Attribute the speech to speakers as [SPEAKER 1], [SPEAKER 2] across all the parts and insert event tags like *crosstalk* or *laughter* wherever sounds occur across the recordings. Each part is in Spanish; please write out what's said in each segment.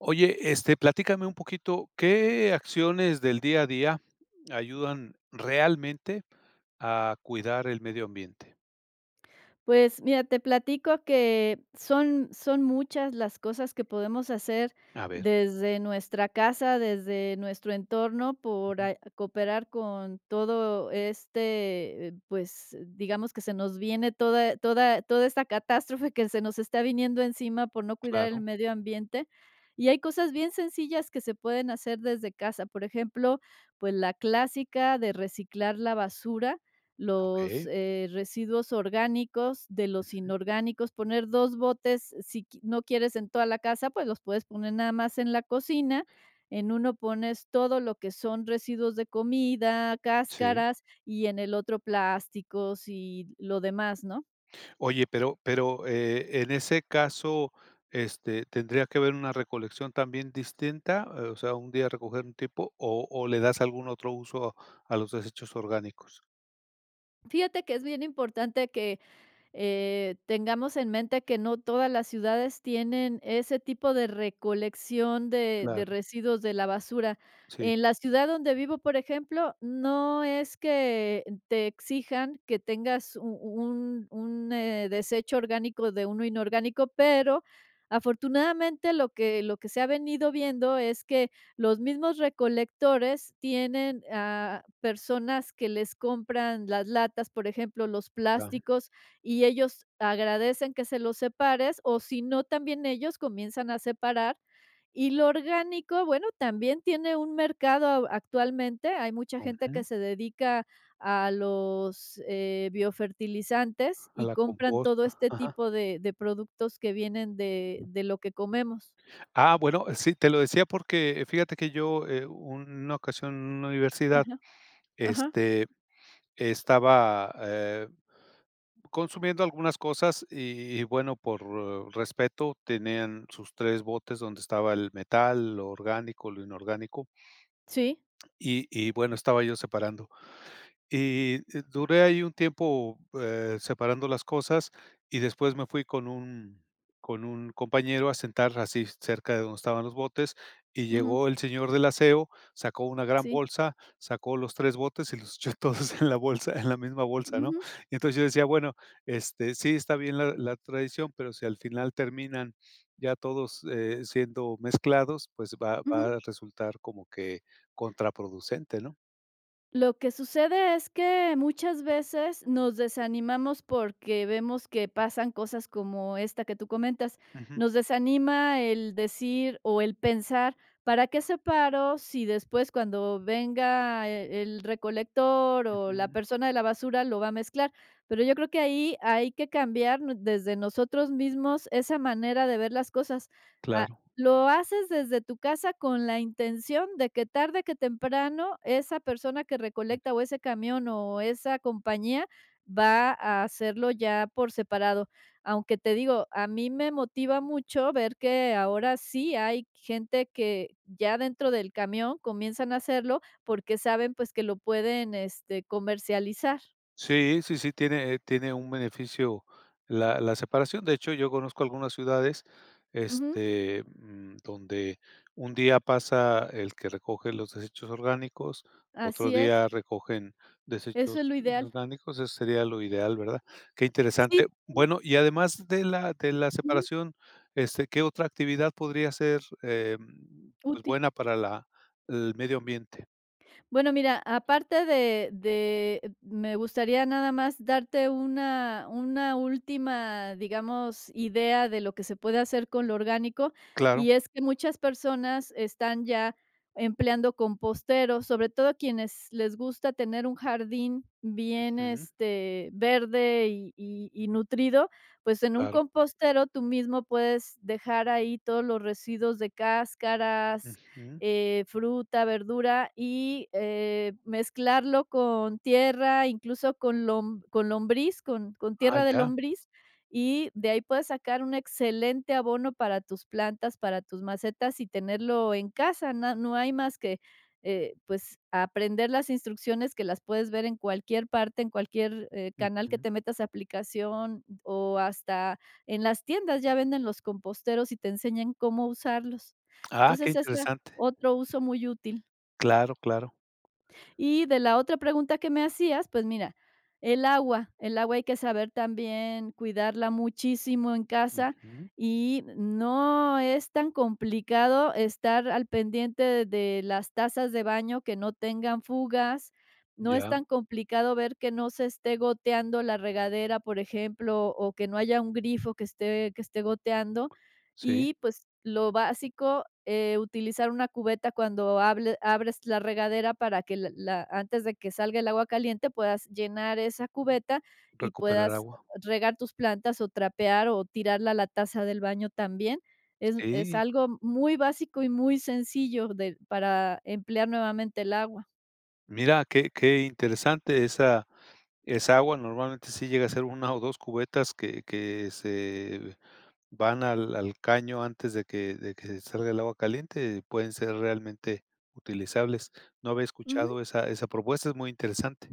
[SPEAKER 1] Oye, platícame un poquito, ¿qué acciones del día a día ayudan realmente a cuidar el medio ambiente?
[SPEAKER 2] Pues mira, te platico que son muchas las cosas que podemos hacer
[SPEAKER 1] A ver.
[SPEAKER 2] desde nuestra casa, desde nuestro entorno, por
[SPEAKER 1] Ujú.
[SPEAKER 2] a cooperar con todo digamos que se nos viene toda esta catástrofe que se nos está viniendo encima por no cuidar el
[SPEAKER 1] Claro,
[SPEAKER 2] medio ambiente. Y hay cosas bien sencillas que se pueden hacer desde casa. Por ejemplo, pues, la clásica de reciclar la basura, los,
[SPEAKER 1] okey,
[SPEAKER 2] residuos orgánicos de los inorgánicos, poner 2 botes, si qui no quieres en toda la casa, pues los puedes poner nada más en la cocina, en uno pones todo lo que son residuos de comida,
[SPEAKER 1] sí.
[SPEAKER 2] cáscaras, y en el otro plásticos y lo demás, ¿no?
[SPEAKER 1] Oye, pero, en ese caso, ¿tendría que haber una recolección también distinta? O sea, un día recoger un tipo, ¿o le das algún otro uso a los desechos orgánicos?
[SPEAKER 2] Fíjate que es bien importante que tengamos en mente que no todas las ciudades tienen ese tipo de recolección de
[SPEAKER 1] Claro,
[SPEAKER 2] residuos de la basura.
[SPEAKER 1] sí,
[SPEAKER 2] En la ciudad donde vivo, por ejemplo, no es que te exijan que tengas un, un desecho orgánico de uno inorgánico, pero afortunadamente lo que se ha venido viendo es que los mismos recolectores tienen a personas que les compran las latas, por ejemplo, los
[SPEAKER 1] ya,
[SPEAKER 2] plásticos y ellos agradecen que se los separes, o si no, también ellos comienzan a separar. Y lo orgánico, bueno, también tiene un mercado actualmente. Hay mucha gente
[SPEAKER 1] ujú,
[SPEAKER 2] que se dedica a los biofertilizantes
[SPEAKER 1] a
[SPEAKER 2] y
[SPEAKER 1] la
[SPEAKER 2] compran todo
[SPEAKER 1] composta.
[SPEAKER 2] este tipo de productos que vienen de lo que comemos.
[SPEAKER 1] Ah, bueno, sí, te lo decía porque fíjate que yo, una ocasión en una universidad,
[SPEAKER 2] Ajá, ajá.
[SPEAKER 1] este, estaba, consumiendo algunas cosas y bueno, por respeto, tenían sus tres botes donde estaba el metal, lo orgánico, lo inorgánico,
[SPEAKER 2] Sí,
[SPEAKER 1] y bueno, estaba yo separando. Y, duré ahí un tiempo, separando las cosas, y después me fui con un compañero a sentar así cerca de donde estaban los botes, y
[SPEAKER 2] ujú,
[SPEAKER 1] llegó el señor del aseo, sacó una gran
[SPEAKER 2] sí.
[SPEAKER 1] bolsa, sacó los 3 botes y los echó *laughs* todos en la bolsa, en la misma bolsa, ¿no?
[SPEAKER 2] Ujú,
[SPEAKER 1] Y entonces yo decía: "Bueno, sí está bien la la tradición, pero si al final terminan ya todos, siendo mezclados, pues va
[SPEAKER 2] ujú.
[SPEAKER 1] va a resultar como que contraproducente", ¿no?
[SPEAKER 2] Lo que sucede es que muchas veces nos desanimamos porque vemos que pasan cosas como esta que tú comentas.
[SPEAKER 1] Ujú,
[SPEAKER 2] Nos desanima el decir o el pensar, ¿para qué separo si después cuando venga el recolector o la
[SPEAKER 1] ujú,
[SPEAKER 2] persona de la basura lo va a mezclar? Pero yo creo que ahí hay que cambiar desde nosotros mismos esa manera de ver las cosas.
[SPEAKER 1] claro.
[SPEAKER 2] Lo haces desde tu casa con la intención de que tarde que temprano esa persona que recolecta o ese camión o esa compañía va a hacerlo ya por separado. Aunque te digo, a mí me motiva mucho ver que ahora sí hay gente que ya dentro del camión comienzan a hacerlo porque saben pues que lo pueden este comercializar.
[SPEAKER 1] Sí, sí, sí, tiene, tiene un beneficio la, la separación. De hecho, yo conozco algunas ciudades,
[SPEAKER 2] Ujú,
[SPEAKER 1] donde un día pasa el que recoge los desechos orgánicos, otro
[SPEAKER 2] así es,
[SPEAKER 1] día recogen
[SPEAKER 2] eso es
[SPEAKER 1] desechos
[SPEAKER 2] lo ideal.
[SPEAKER 1] orgánicos, eso sería lo ideal, ¿verdad? Qué
[SPEAKER 2] Sí,
[SPEAKER 1] interesante. Bueno, y además de la
[SPEAKER 2] ujú,
[SPEAKER 1] separación, ¿qué otra actividad podría ser pues
[SPEAKER 2] útil.
[SPEAKER 1] buena para la, el medio ambiente?
[SPEAKER 2] Bueno, mira, aparte de me gustaría nada más darte una última, digamos, idea de lo que se puede hacer con lo orgánico,
[SPEAKER 1] Claro,
[SPEAKER 2] y es que muchas personas están ya empleando composteros, sobre todo quienes les gusta tener un jardín bien,
[SPEAKER 1] ujú,
[SPEAKER 2] este, verde y nutrido, pues en un
[SPEAKER 1] claro.
[SPEAKER 2] compostero tú mismo puedes dejar ahí todos los residuos de cáscaras,
[SPEAKER 1] Ujú,
[SPEAKER 2] fruta, verdura y, mezclarlo con tierra, incluso con lom con lombriz, con
[SPEAKER 1] ah,
[SPEAKER 2] tierra de
[SPEAKER 1] ya.
[SPEAKER 2] lombriz, y de ahí puedes sacar un excelente abono para tus plantas, para tus macetas y tenerlo en casa. Na No hay más que, aprender las instrucciones que las puedes ver en cualquier parte, en cualquier, canal que
[SPEAKER 1] Ujú.
[SPEAKER 2] te metas, a aplicación o hasta en las tiendas ya venden los composteros y te enseñan cómo usarlos.
[SPEAKER 1] Ah, qué
[SPEAKER 2] Entonces, esa
[SPEAKER 1] interesante.
[SPEAKER 2] otro uso muy útil.
[SPEAKER 1] Claro, claro.
[SPEAKER 2] Y de la otra pregunta que me hacías, pues mira, el agua hay que saber también cuidarla muchísimo en casa
[SPEAKER 1] Ujú.
[SPEAKER 2] y no es tan complicado estar al pendiente de las tazas de baño que no tengan fugas. No es
[SPEAKER 1] Ya,
[SPEAKER 2] tan complicado ver que no se esté goteando la regadera, por ejemplo, o que no haya un grifo que esté goteando.
[SPEAKER 1] sí,
[SPEAKER 2] Y, pues, lo básico, utilizar una cubeta cuando hable abres la regadera para que la antes de que salga el agua caliente, puedas llenar esa cubeta y
[SPEAKER 1] recuperar
[SPEAKER 2] puedas
[SPEAKER 1] agua.
[SPEAKER 2] regar tus plantas, o trapear, o tirarla a la taza del baño también. Es
[SPEAKER 1] Sí,
[SPEAKER 2] algo muy básico y muy sencillo de para emplear nuevamente el agua.
[SPEAKER 1] mira, qué interesante esa esa agua. Normalmente sí llega a ser una o 2 cubetas que se van al al caño antes de que salga el agua caliente, pueden ser realmente utilizables. No había
[SPEAKER 2] Ujú.
[SPEAKER 1] escuchado esa esa propuesta, es muy interesante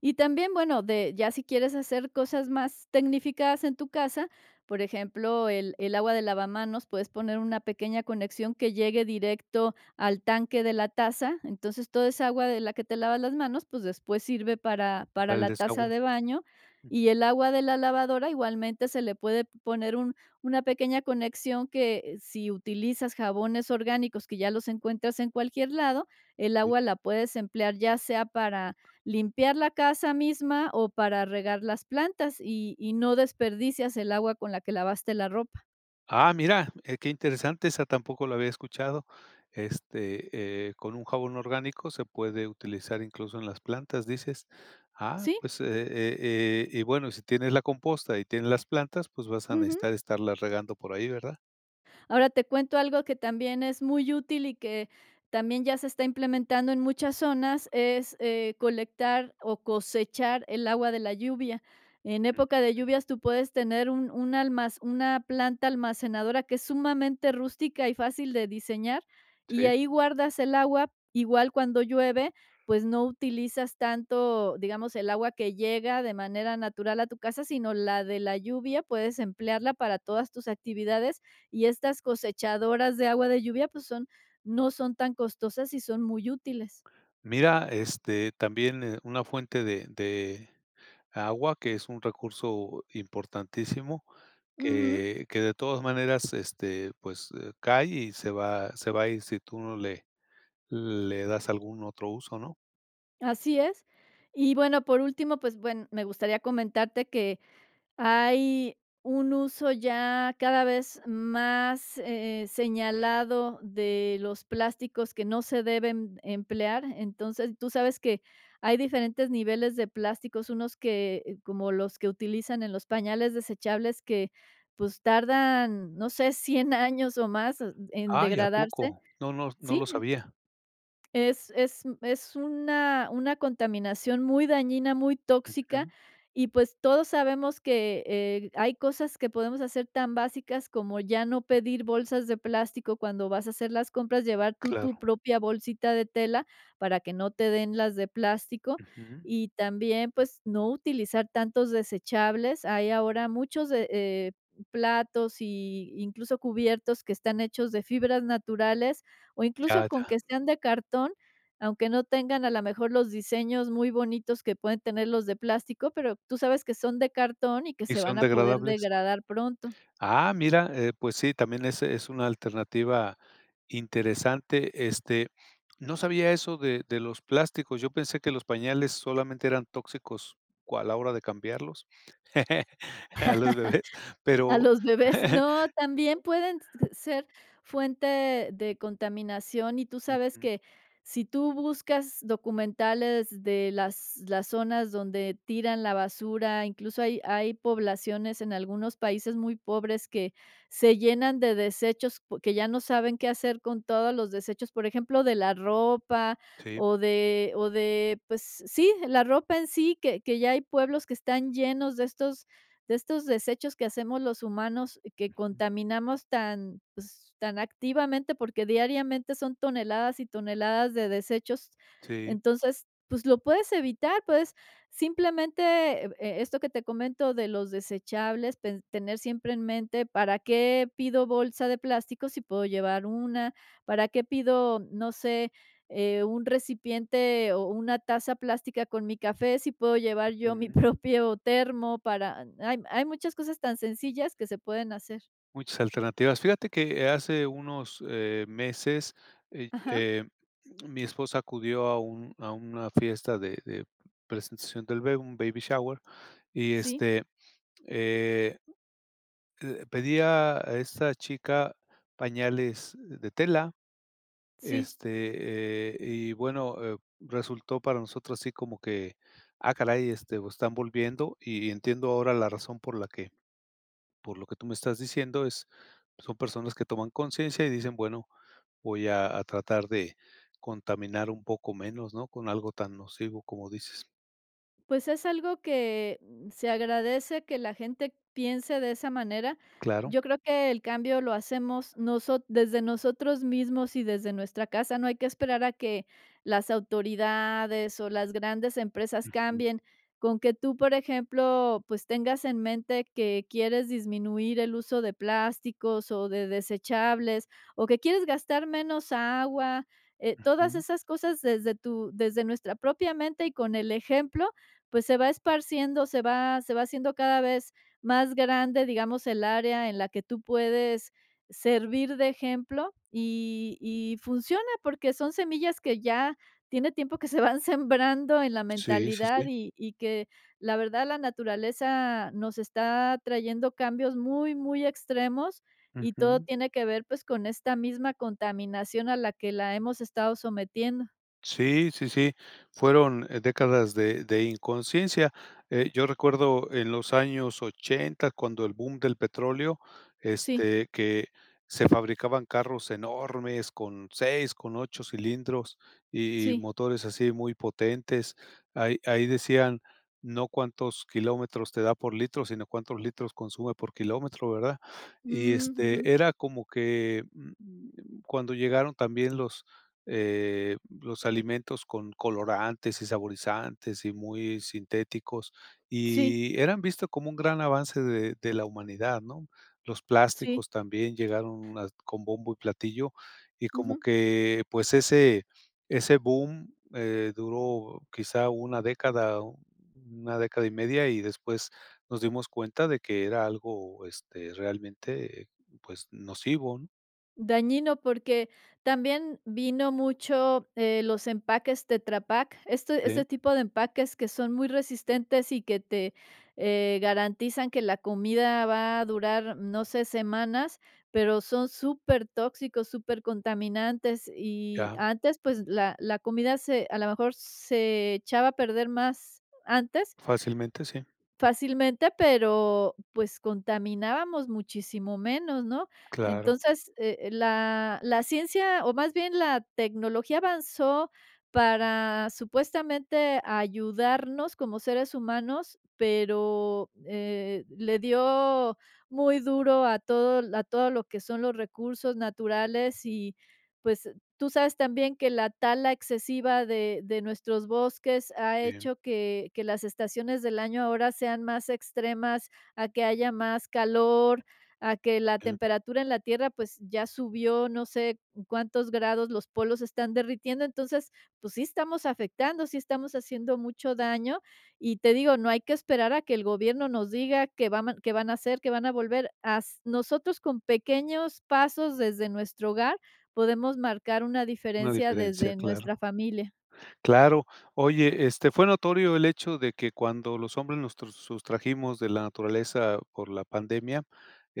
[SPEAKER 2] Y también, bueno, de ya si quieres hacer cosas más tecnificadas en tu casa, por ejemplo, el agua de lavamanos, puedes poner una pequeña conexión que llegue directo al tanque de la taza. Entonces, toda esa agua de la que te lavas las manos, pues después sirve para
[SPEAKER 1] para el
[SPEAKER 2] la taza
[SPEAKER 1] desagüe.
[SPEAKER 2] de baño. Y el agua de la lavadora igualmente se le puede poner una pequeña conexión que si utilizas jabones orgánicos que ya los encuentras en cualquier lado, el agua la puedes emplear ya sea para limpiar la casa misma o para regar las plantas y no desperdicias el agua con la que lavaste la ropa.
[SPEAKER 1] Ah, mira, qué interesante, esa tampoco la había escuchado. Con un jabón orgánico se puede utilizar incluso en las plantas, dices. Ah,
[SPEAKER 2] Sí,
[SPEAKER 1] pues, y bueno, si tienes la composta y tienes las plantas, pues vas a
[SPEAKER 2] ujú.
[SPEAKER 1] necesitar estarlas regando por ahí, ¿verdad?
[SPEAKER 2] Ahora te cuento algo que también es muy útil y que también ya se está implementando en muchas zonas, es colectar o cosechar el agua de la lluvia. En
[SPEAKER 1] Mm.
[SPEAKER 2] época de lluvias tú puedes tener un una planta almacenadora que es sumamente rústica y fácil de diseñar y
[SPEAKER 1] Sí.
[SPEAKER 2] ahí guardas el agua, igual cuando llueve, pues no utilizas tanto, digamos, el agua que llega de manera natural a tu casa, sino la de la lluvia, puedes emplearla para todas tus actividades y estas cosechadoras de agua de lluvia, pues son no son tan costosas y son muy útiles.
[SPEAKER 1] Mira, también, una fuente de agua, que es un recurso importantísimo,
[SPEAKER 2] Ujú,
[SPEAKER 1] que de todas maneras, pues, cae y se va a ir si tú no le le das algún otro uso, ¿no?
[SPEAKER 2] así es. Y bueno, por último, pues, bueno, me gustaría comentarte que hay un uso ya cada vez más, señalado de los plásticos que no se deben emplear. Entonces, tú sabes que hay diferentes niveles de plásticos, unos que como los que utilizan en los pañales desechables que, pues, tardan, no sé, 100 años o más en
[SPEAKER 1] Ay, ¿a
[SPEAKER 2] degradarse.
[SPEAKER 1] poco? No, no, no
[SPEAKER 2] Sí.
[SPEAKER 1] lo sabía.
[SPEAKER 2] Es una contaminación muy dañina, muy
[SPEAKER 1] Ujú,
[SPEAKER 2] tóxica, y pues todos sabemos que, hay cosas que podemos hacer tan básicas como ya no pedir bolsas de plástico cuando vas a hacer las compras, llevar tú tu
[SPEAKER 1] claro,
[SPEAKER 2] propia bolsita de tela para que no te den las de plástico,
[SPEAKER 1] ujú.
[SPEAKER 2] y también, pues, no utilizar tantos desechables. Hay ahora muchos de platos y incluso cubiertos que están hechos de fibras naturales o incluso
[SPEAKER 1] Ya,
[SPEAKER 2] con
[SPEAKER 1] ya.
[SPEAKER 2] que sean de cartón, aunque no tengan a lo mejor los diseños muy bonitos que pueden tener los de plástico, pero tú sabes que son de cartón y que
[SPEAKER 1] ¿Y
[SPEAKER 2] se
[SPEAKER 1] son
[SPEAKER 2] van a poder
[SPEAKER 1] degradables?
[SPEAKER 2] degradar pronto.
[SPEAKER 1] Ah, mira, pues sí, también es una alternativa interesante, no sabía eso de los plásticos, yo pensé que los pañales solamente eran tóxicos cua a la hora de cambiarlos *laughs* a los bebés,
[SPEAKER 2] A
[SPEAKER 1] pero
[SPEAKER 2] los bebés.
[SPEAKER 1] *laughs*
[SPEAKER 2] No, también pueden s ser fuente de contaminación, y tú sabes
[SPEAKER 1] ujú,
[SPEAKER 2] que si tú buscas documentales de las zonas donde tiran la basura, incluso hay poblaciones en algunos países muy pobres que se llenan de desechos, que ya no saben qué hacer con todos los desechos, por ejemplo, de la ropa
[SPEAKER 1] sí,
[SPEAKER 2] o de, pues sí, la ropa en sí, que ya hay pueblos que están llenos de estos desechos que hacemos los humanos, que contaminamos tan, pues, tan activamente, porque diariamente son toneladas y toneladas de desechos.
[SPEAKER 1] sí,
[SPEAKER 2] Entonces, pues lo puedes evitar, puedes simplemente, esto que te comento de los desechables, tener siempre en mente, ¿para qué pido bolsa de plástico si puedo llevar una? ¿Para qué pido, no sé, un recipiente o una taza plástica con mi café, si puedo llevar yo mi *laughs* propio termo para hay hay muchas cosas tan sencillas que se pueden hacer.
[SPEAKER 1] muchas alternativas. Fíjate que hace unos, meses, eh,
[SPEAKER 2] Ajá,
[SPEAKER 1] eh, mi esposa acudió a un a una fiesta de presentación del bebé, un baby shower, y,
[SPEAKER 2] sí,
[SPEAKER 1] eh, pedía a esta chica pañales de tela,
[SPEAKER 2] sí.
[SPEAKER 1] y bueno, resultó para nosotros así como que, ah, caray, pues, están volviendo, y entiendo ahora la razón por la que por lo que tú me estás diciendo, es son personas que toman conciencia y dicen, bueno, voy a tratar de contaminar un poco menos, ¿no? Con algo tan nocivo como dices.
[SPEAKER 2] Pues es algo que mm, se agradece que la gente piense de esa manera.
[SPEAKER 1] Claro.
[SPEAKER 2] Yo creo que el cambio lo hacemos desde nosotros mismos y desde nuestra casa. No hay que esperar a que las autoridades o las grandes empresas
[SPEAKER 1] Ujú,
[SPEAKER 2] cambien. Con que tú, por ejemplo, pues tengas en mente que quieres disminuir el uso de plásticos o de desechables o que quieres gastar menos agua, todas
[SPEAKER 1] ujú.
[SPEAKER 2] esas cosas desde desde nuestra propia mente y con el ejemplo pues se va esparciendo, se va haciendo cada vez más grande, digamos, el área en la que tú puedes servir de ejemplo y funciona, porque son semillas que ya tiene tiempo que se van *laughs* sembrando en la
[SPEAKER 1] Sí, sí,
[SPEAKER 2] mentalidad
[SPEAKER 1] sí.
[SPEAKER 2] y que la verdad la naturaleza nos está trayendo cambios muy, muy extremos y todo
[SPEAKER 1] Ujú.
[SPEAKER 2] tiene que ver, pues, con esta misma contaminación a la que la hemos estado sometiendo.
[SPEAKER 1] Sí, sí, sí, fueron, décadas de inconsciencia. Yo recuerdo en los años 80 cuando el boom del petróleo,
[SPEAKER 2] Sí,
[SPEAKER 1] que se fabricaban carros enormes con 6, con 8 cilindros y
[SPEAKER 2] sí.
[SPEAKER 1] motores así muy potentes. Ahí decían, no cuántos kilómetros te da por litro, sino cuántos litros consume por kilómetro, ¿verdad? Y,
[SPEAKER 2] Mm, ujú.
[SPEAKER 1] era como que, mm, cuando llegaron también los alimentos con colorantes y saborizantes y muy sintéticos,
[SPEAKER 2] Sí,
[SPEAKER 1] y eran visto como un gran avance de la humanidad, ¿no? Los
[SPEAKER 2] sí.
[SPEAKER 1] plásticos también llegaron a con bombo y platillo, y como
[SPEAKER 2] Ujú.
[SPEAKER 1] que, pues, ese ese boom, duró quizá una década y media, y después nos dimos cuenta de que era algo, realmente, pues, nocivo, ¿no?
[SPEAKER 2] Dañino porque también vino mucho, los empaques Tetra Pak,
[SPEAKER 1] Sí,
[SPEAKER 2] este tipo de empaques que son muy resistentes y que te, garantizan que la comida va a durar, no sé, semanas, pero son súper tóxicos, supertóxicos, contaminantes y
[SPEAKER 1] ya,
[SPEAKER 2] antes, pues, la comida se a lo mejor se echaba a perder más antes.
[SPEAKER 1] fácilmente sí,
[SPEAKER 2] Fácilmente, pero, pues, contaminábamos muchísimo menos, ¿no?
[SPEAKER 1] claro.
[SPEAKER 2] Entonces, la ciencia, o más bien la tecnología avanzó para supuestamente ayudarnos como seres humanos, pero, le dio muy duro a todo lo que son los recursos naturales y, pues, tú sabes también que la tala excesiva de nuestros bosques ha
[SPEAKER 1] Sí,
[SPEAKER 2] hecho que las estaciones del año ahora sean más extremas, a que haya más calor, a que la
[SPEAKER 1] sí,
[SPEAKER 2] temperatura en la Tierra, pues, ya subió no sé cuántos grados, los polos están derritiendo. Entonces, pues sí estamos afectando, sí estamos haciendo mucho daño. Y te digo, no hay que esperar a que el gobierno nos diga que van a hacer, que van a volver. As nosotros con pequeños pasos desde nuestro hogar podemos marcar una
[SPEAKER 1] una
[SPEAKER 2] diferencia
[SPEAKER 1] diferencia,
[SPEAKER 2] desde
[SPEAKER 1] claro.
[SPEAKER 2] nuestra familia.
[SPEAKER 1] Claro. Oye, fue notorio el hecho de que cuando los hombres nos tr- sustrajimos de la naturaleza por la pandemia,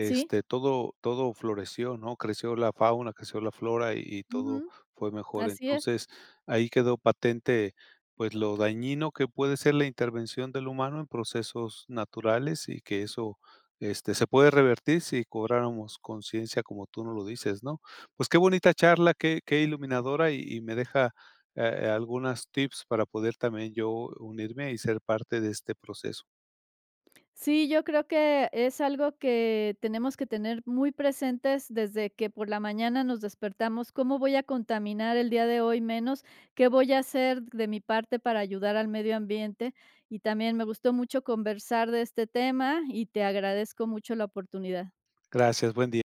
[SPEAKER 2] Sí,
[SPEAKER 1] todo, todo floreció, ¿no? Creció la fauna, creció la flora y todo
[SPEAKER 2] ujú,
[SPEAKER 1] fue mejor.
[SPEAKER 2] así es.
[SPEAKER 1] Entonces, ahí quedó patente, pues, lo dañino que puede ser la intervención del humano en procesos naturales y que eso, se puede revertir si cobráramos conciencia, como tú nos lo dices, ¿no? Pues qué bonita charla, qué, qué iluminadora y me deja algunas tips para poder también yo unirme y ser parte de este proceso.
[SPEAKER 2] Sí, yo creo que es algo que tenemos que tener muy presentes desde que por la mañana nos despertamos. ¿Cómo voy a contaminar el día de hoy menos? ¿Qué voy a hacer de mi parte para ayudar al medio ambiente? Y también me gustó mucho conversar de este tema y te agradezco mucho la oportunidad.
[SPEAKER 1] Gracias, buen día.